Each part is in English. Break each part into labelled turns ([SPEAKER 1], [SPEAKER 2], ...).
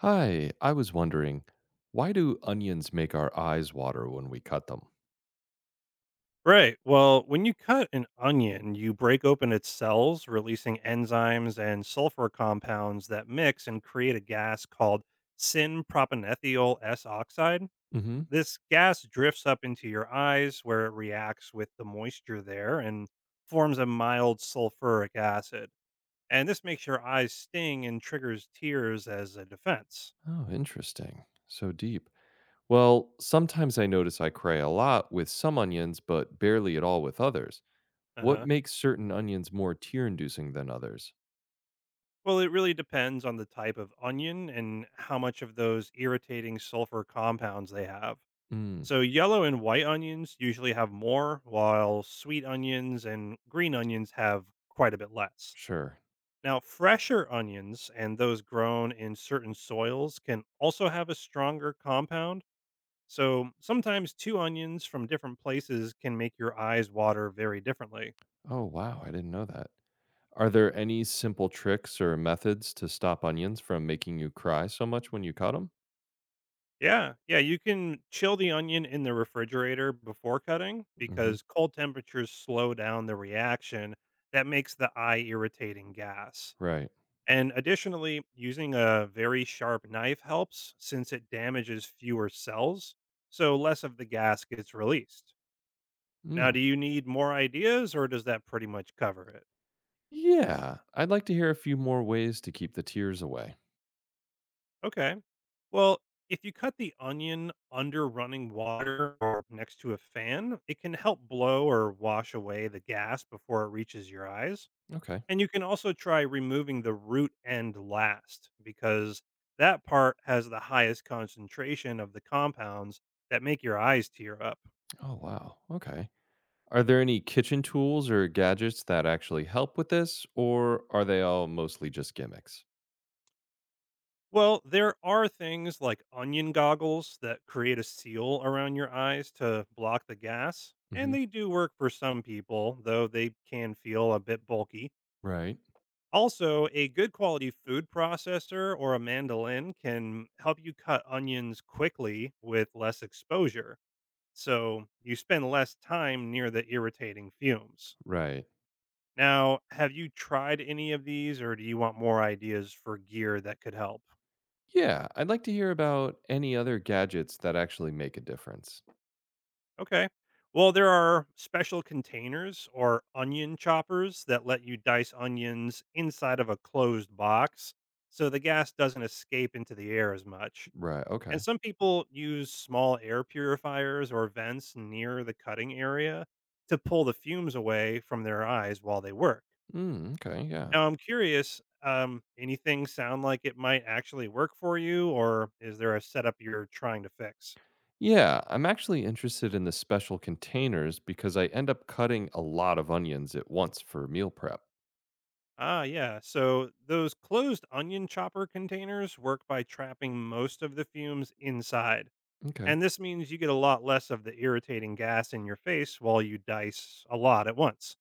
[SPEAKER 1] Hi, I was wondering, why do onions make our eyes water when we cut them?
[SPEAKER 2] Right. Well, when you cut an onion, you break open its cells, releasing enzymes and sulfur compounds that mix and create a gas called synpropanethyl S oxide.
[SPEAKER 1] Hmm.
[SPEAKER 2] This gas drifts up into your eyes where it reacts with the moisture there and forms a mild sulfuric acid. And this makes your eyes sting and triggers tears as a defense.
[SPEAKER 1] Oh, interesting. So deep. Well, sometimes I notice I cry a lot with some onions, but barely at all with others.
[SPEAKER 2] Uh
[SPEAKER 1] What
[SPEAKER 2] huh.
[SPEAKER 1] makes certain onions more tear-inducing than others?
[SPEAKER 2] Well, it really depends on the type of onion and how much of those irritating sulfur compounds they have.
[SPEAKER 1] Mm,
[SPEAKER 2] So yellow and white onions usually have more, while sweet onions and green onions have quite a bit less.
[SPEAKER 1] sure.
[SPEAKER 2] Now, fresher onions and those grown in certain soils can also have a stronger compound. So sometimes two onions from different places can make your eyes water very differently.
[SPEAKER 1] Oh, wow, I didn't know that. Are there any simple tricks or methods to stop onions from making you cry so much when you cut them?
[SPEAKER 2] Yeah, yeah, you can chill the onion in the refrigerator before cutting
[SPEAKER 1] Hmm.
[SPEAKER 2] because cold temperatures slow down the reaction that makes the eye irritating gas.
[SPEAKER 1] Right.
[SPEAKER 2] And additionally, using a very sharp knife helps since it damages fewer cells, so less of the gas gets released. Now,
[SPEAKER 1] Mm.
[SPEAKER 2] do you need more ideas or does that pretty much cover it?
[SPEAKER 1] Yeah, I'd like to hear a few more ways to keep the tears away.
[SPEAKER 2] Okay. Well, if you cut the onion under running water or next to a fan, it can help blow or wash away the gas before it reaches your eyes.
[SPEAKER 1] Okay.
[SPEAKER 2] And you can also try removing the root end last because that part has the highest concentration of the compounds that make your eyes tear up.
[SPEAKER 1] Oh, wow. Okay. Are there any kitchen tools or gadgets that actually help with this, or are they all mostly just gimmicks?
[SPEAKER 2] Well, there are things like onion goggles that create a seal around your eyes to block the gas, and
[SPEAKER 1] Hmm.
[SPEAKER 2] they do work for some people, though they can feel a bit bulky.
[SPEAKER 1] Right.
[SPEAKER 2] Also, a good quality food processor or a mandolin can help you cut onions quickly with less exposure so you spend less time near the irritating fumes.
[SPEAKER 1] Right.
[SPEAKER 2] Now, have you tried any of these or do you want more ideas for gear that could help?
[SPEAKER 1] Yeah, I'd like to hear about any other gadgets that actually make a difference.
[SPEAKER 2] Okay. Well, there are special containers or onion choppers that let you dice onions inside of a closed box so the gas doesn't escape into the air as much.
[SPEAKER 1] Right. Okay.
[SPEAKER 2] And some people use small air purifiers or vents near the cutting area to pull the fumes away from their eyes while they work.
[SPEAKER 1] Mm, okay. Yeah.
[SPEAKER 2] Now I'm curious, anything sound like it might actually work for you, or is there a setup you're trying to fix?
[SPEAKER 1] Yeah, I'm actually interested in the special containers because I end up cutting a lot of onions at once for meal prep.
[SPEAKER 2] Ah, yeah. So those closed onion chopper containers work by trapping most of the fumes inside.
[SPEAKER 1] Okay.
[SPEAKER 2] And this means you get a lot less of the irritating gas in your face while you dice a lot at once.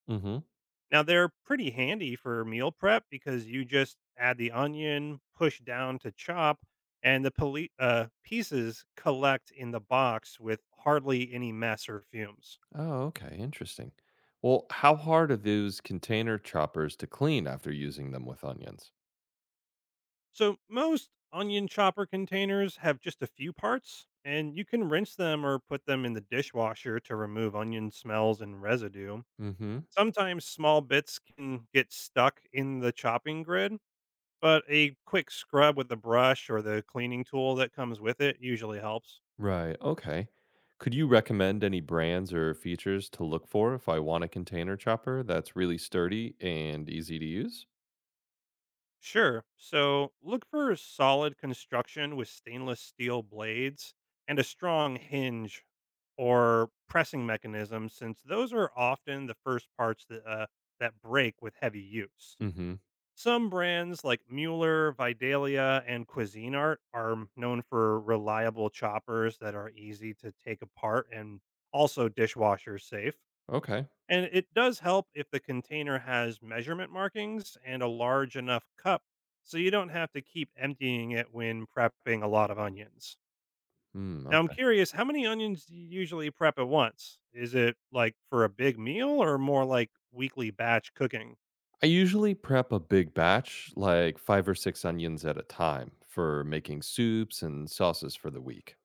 [SPEAKER 2] Now they're pretty handy for meal prep because you just add the onion, push down to chop, and the pieces collect in the box with hardly any mess or fumes.
[SPEAKER 1] Oh, okay. Interesting. Well, how hard are those container choppers to clean after using them with onions?
[SPEAKER 2] So most onion chopper containers have just a few parts, and you can rinse them or put them in the dishwasher to remove onion smells and residue.
[SPEAKER 1] Mm-hmm.
[SPEAKER 2] Sometimes small bits can get stuck in the chopping grid, but a quick scrub with the brush or the cleaning tool that comes with it usually helps.
[SPEAKER 1] Right. Okay. Could you recommend any brands or features to look for if I want a container chopper that's really sturdy and easy to use?
[SPEAKER 2] Sure. So look for solid construction with stainless steel blades and a strong hinge or pressing mechanism, since those are often the first parts that break with heavy use.
[SPEAKER 1] Mm-hmm.
[SPEAKER 2] Some brands like Mueller, Vidalia, and Cuisinart are known for reliable choppers that are easy to take apart and also dishwasher safe.
[SPEAKER 1] Okay.
[SPEAKER 2] And it does help if the container has measurement markings and a large enough cup so you don't have to keep emptying it when prepping a lot of onions.
[SPEAKER 1] Mm,
[SPEAKER 2] Now, I'm
[SPEAKER 1] okay.
[SPEAKER 2] curious, how many onions do you usually prep at once? Is it like for a big meal or more like weekly batch cooking?
[SPEAKER 1] I usually prep a big batch, like five or six onions at a time, for making soups and sauces for the week.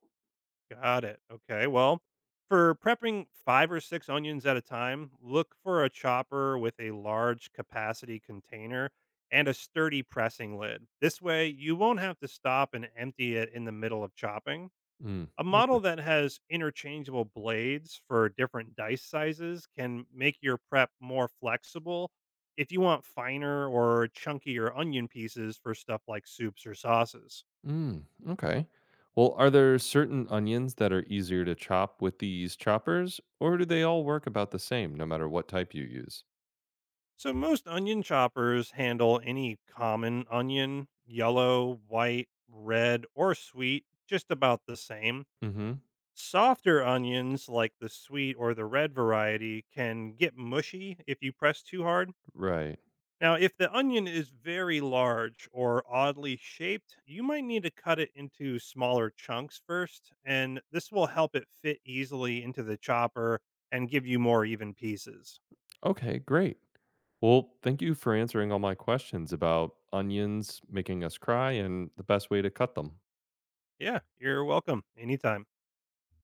[SPEAKER 2] Got it. Okay. Well, for prepping five or six onions at a time, look for a chopper with a large capacity container and a sturdy pressing lid. This way, you won't have to stop and empty it in the middle of chopping.
[SPEAKER 1] Mm.
[SPEAKER 2] A model that has interchangeable blades for different dice sizes can make your prep more flexible if you want finer or chunkier onion pieces for stuff like soups or sauces.
[SPEAKER 1] Mm, okay. Well, are there certain onions that are easier to chop with these choppers, or do they all work about the same no matter what type you use?
[SPEAKER 2] So most onion choppers handle any common onion, yellow, white, red, or sweet, just about the same.
[SPEAKER 1] Mm-hmm.
[SPEAKER 2] Softer onions like the sweet or the red variety can get mushy if you press too hard.
[SPEAKER 1] Right.
[SPEAKER 2] Now, if the onion is very large or oddly shaped, you might need to cut it into smaller chunks first, and this will help it fit easily into the chopper and give you more even pieces.
[SPEAKER 1] Okay, great. Well, thank you for answering all my questions about onions making us cry and the best way to cut them.
[SPEAKER 2] Yeah, you're welcome anytime.